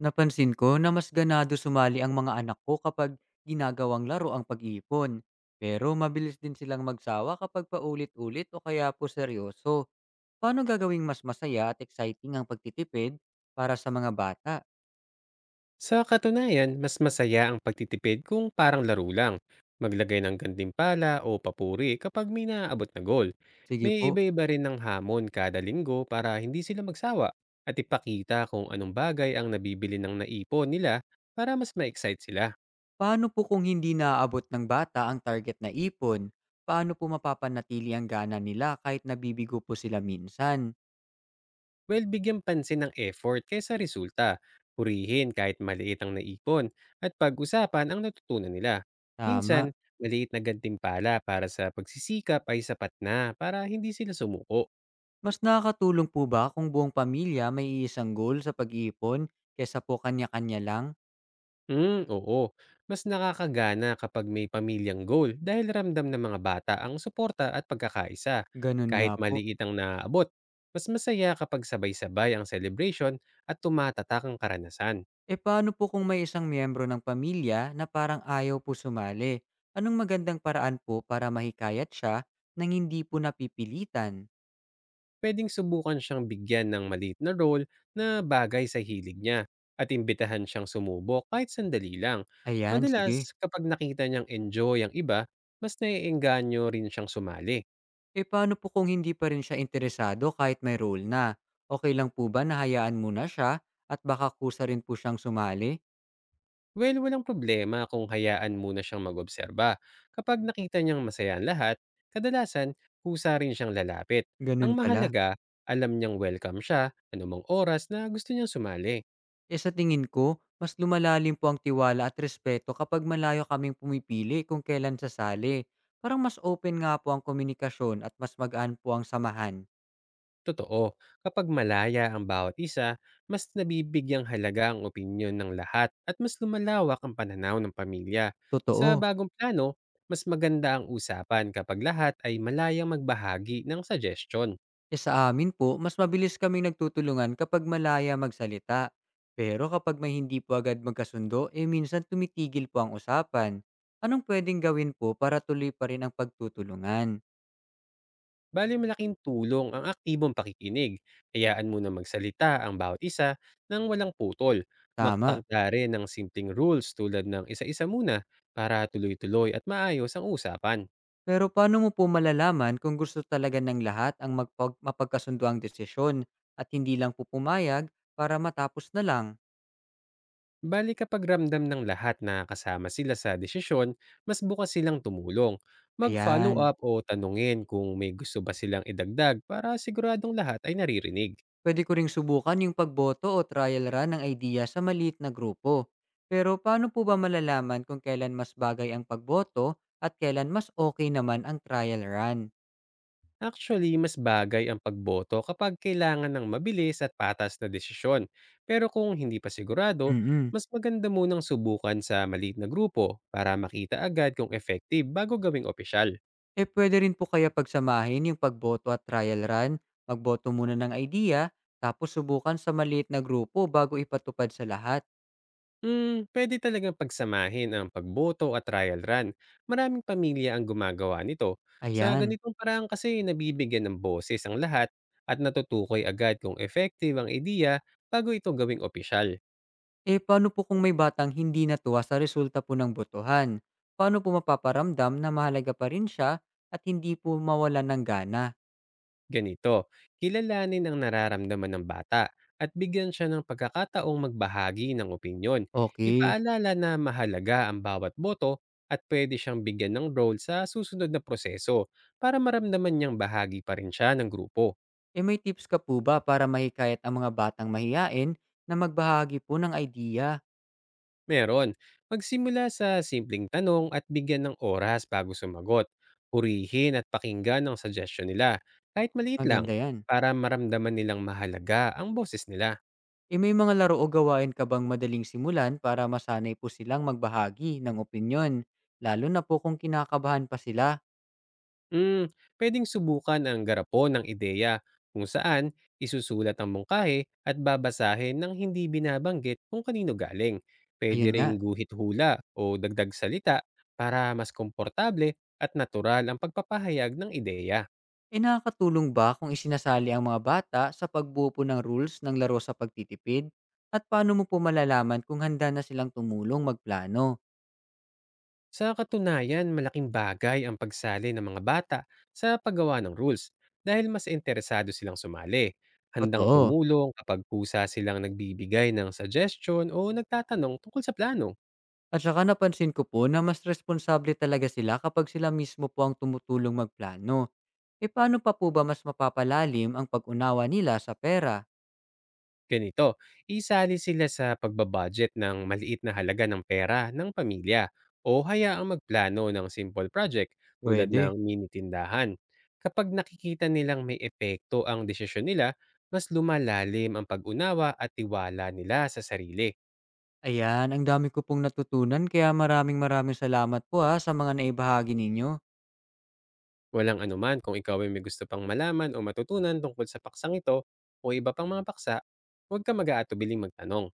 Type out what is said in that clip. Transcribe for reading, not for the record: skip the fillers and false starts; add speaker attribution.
Speaker 1: Napansin ko na mas ganado sumali ang mga anak ko kapag ginagawang laro ang pag-iipon. Pero mabilis din silang magsawa kapag paulit-ulit o kaya po seryoso. Paano gagawing mas masaya at exciting ang pagtitipid para sa mga bata?
Speaker 2: Sa katunayan, mas masaya ang pagtitipid kung parang laro lang. Maglagay ng gantimpala o papuri kapag may naaabot na goal.
Speaker 1: Sige
Speaker 2: May
Speaker 1: po,
Speaker 2: iba-iba rin ng hamon kada linggo para hindi sila magsawa at ipakita kung anong bagay ang nabibili ng naipon nila para mas ma-excite sila.
Speaker 1: paano po kung hindi naaabot ng bata ang target na ipon? Paano po mapapanatili ang gana nila kahit nabibigo po sila minsan?
Speaker 2: Well, bigyan pansin ng effort kaysa resulta. Purihin kahit maliit ang naipon at pag-usapan ang natutunan nila. Minsan,
Speaker 1: Tama.
Speaker 2: maliit na gantimpala para sa pagsisikap ay sapat na para hindi sila sumuko.
Speaker 1: Mas nakakatulong po ba kung buong pamilya may isang goal sa pag-iipon kesa po kanya-kanya lang?
Speaker 2: Hmm, oo. Mas nakakagana kapag may pamilyang goal dahil ramdam ng mga bata ang suporta at pagkakaisa.
Speaker 1: Ganun nga
Speaker 2: Kahit
Speaker 1: po.
Speaker 2: maliit ang naaabot, mas masaya kapag sabay-sabay ang celebration at tumatatak ang karanasan.
Speaker 1: E paano po kung may isang miyembro ng pamilya na parang ayaw po sumali? Anong magandang paraan po para mahikayat siya nang hindi po napipilitan?
Speaker 2: Pwedeng subukan siyang bigyan ng maliit na role na bagay sa hilig niya at imbitahan siyang sumubok kahit sandali lang.
Speaker 1: Ayan, sige.
Speaker 2: Madalas, kapag nakita niyang enjoy ang iba, mas naiengganyo rin siyang sumali.
Speaker 1: E paano po kung hindi pa rin siya interesado kahit may role na? Okay lang po ba na hayaan muna siya at baka kusa rin po siyang sumali?
Speaker 2: Well, walang problema kung hayaan muna siyang mag-obserba. Kapag nakita niyang masaya ang lahat, kadalasan, kusa rin siyang lalapit.
Speaker 1: Ganun
Speaker 2: Ang
Speaker 1: pala.
Speaker 2: mahalaga, alam niyang welcome siya, anumang oras na gusto niyang sumali.
Speaker 1: Eh, sa tingin ko, mas lumalalim po ang tiwala at respeto kapag malayo kaming pumipili kung kailan sasali. Parang mas open nga po ang komunikasyon at mas magaan po ang samahan.
Speaker 2: Totoo, kapag malaya ang bawat isa, mas nabibigyang halaga ang opinyon ng lahat at mas lumalawak ang pananaw ng pamilya. Sa
Speaker 1: Totoo.
Speaker 2: bagong plano, mas maganda ang usapan kapag lahat ay malayang magbahagi ng suggestion.
Speaker 1: Eh sa amin po, mas mabilis kaming nagtutulungan kapag malaya magsalita. Pero kapag may hindi po agad magkasundo, eh minsan tumitigil po ang usapan. Anong pwedeng gawin po para tuloy pa rin ang pagtutulungan?
Speaker 2: Bali malaking tulong ang aktibong pakikinig. Hayaan munang magsalita ang bawat isa nang walang putol.
Speaker 1: Tama.
Speaker 2: Magtakda rin ng simpleng rules tulad ng isa-isa muna para tuloy-tuloy at maayos ang usapan.
Speaker 1: Pero paano mo po malalaman kung gusto talaga ng lahat ang mapagkasundo ang desisyon at hindi lang po pumayag para matapos na lang?
Speaker 2: Bali kapag ramdam ng lahat na kasama sila sa desisyon, mas bukas silang tumulong. Mag-follow
Speaker 1: Ayan.
Speaker 2: up o tanungin kung may gusto ba silang idagdag para siguradong lahat ay naririnig.
Speaker 1: Pwede ko ring subukan yung pagboto o trial run ng idea sa maliit na grupo. Pero paano po ba malalaman kung kailan mas bagay ang pagboto at kailan mas okay naman ang trial run?
Speaker 2: Actually, mas bagay ang pagboto kapag kailangan ng mabilis at patas na desisyon. Pero kung hindi pa sigurado,
Speaker 1: Mm.
Speaker 2: mas maganda munang subukan sa maliit na grupo para makita agad kung effective bago gawing opisyal.
Speaker 1: Eh pwede rin po kaya pagsamahin yung pagboto at trial run, magboto muna ng idea, tapos subukan sa maliit na grupo bago ipatupad sa lahat.
Speaker 2: Hmm, pwede talagang pagsamahin ang pagboto at trial run. Maraming pamilya ang gumagawa nito. Sa
Speaker 1: Ayan.
Speaker 2: ganitong paraan kasi nabibigyan ng boses ang lahat at natutukoy agad kung effective ang ideya bago ito gawing opisyal.
Speaker 1: Eh paano po kung may batang hindi natuwa sa resulta po ng botohan? Paano po mapaparamdam na mahalaga pa rin siya at hindi po mawala ng gana?
Speaker 2: Ganito, kilalanin ang nararamdaman ng bata at bigyan siya ng pagkakataong magbahagi ng opinyon.
Speaker 1: Okay.
Speaker 2: Ipaalala na mahalaga ang bawat boto at pwede siyang bigyan ng role sa susunod na proseso para maramdaman niyang bahagi pa rin siya ng grupo.
Speaker 1: Eh may tips ka po ba para mahikayat ang mga batang mahiyain na magbahagi po ng idea?
Speaker 2: Meron, magsimula sa simpleng tanong at bigyan ng oras bago sumagot. Purihin at pakinggan ang suggestion nila, kahit maliit lang,
Speaker 1: Maganda yan.
Speaker 2: para maramdaman nilang mahalaga ang boses nila.
Speaker 1: Eh may mga laro o gawain ka bang madaling simulan para masanay po silang magbahagi ng opinyon? Lalo na po kung kinakabahan pa sila.
Speaker 2: Hmm, pwedeng subukan ang garapon ng ideya kung saan isusulat ang mungkahi at babasahin ng hindi binabanggit kung kanino galing.
Speaker 1: Ayun
Speaker 2: Pwede
Speaker 1: nga.
Speaker 2: ring guhit hula o dagdag salita para mas komportable at natural ang pagpapahayag ng ideya.
Speaker 1: Eh, nakakatulong ba kung isinasali ang mga bata sa pagbuo po ng rules ng laro sa pagtitipid? At paano mo po malalaman kung handa na silang tumulong magplano?
Speaker 2: Sa katunayan, malaking bagay ang pagsali ng mga bata sa paggawa ng rules dahil mas interesado silang sumali. Handang
Speaker 1: Totoo.
Speaker 2: tumulong kapag kusa silang nagbibigay ng suggestion o nagtatanong tungkol sa plano.
Speaker 1: At saka napansin ko po na mas responsable talaga sila kapag sila mismo po ang tumutulong magplano. E paano pa po ba mas mapapalalim ang pag-unawa nila sa pera?
Speaker 2: Ganito, isali sila sa pagbabudget ng maliit na halaga ng pera ng pamilya o hayaang magplano ng simple project tulad ng
Speaker 1: Pwede.
Speaker 2: mini tindahan. Kapag nakikita nilang may epekto ang desisyon nila, mas lumalalim ang pag-unawa at tiwala nila sa sarili.
Speaker 1: Ayan, ang dami ko pong natutunan kaya maraming maraming salamat po ha sa mga naibahagi ninyo.
Speaker 2: Walang anuman kung ikaw ay may gusto pang malaman o matutunan tungkol sa paksang ito o iba pang mga paksa, huwag ka mag-aatubiling magtanong.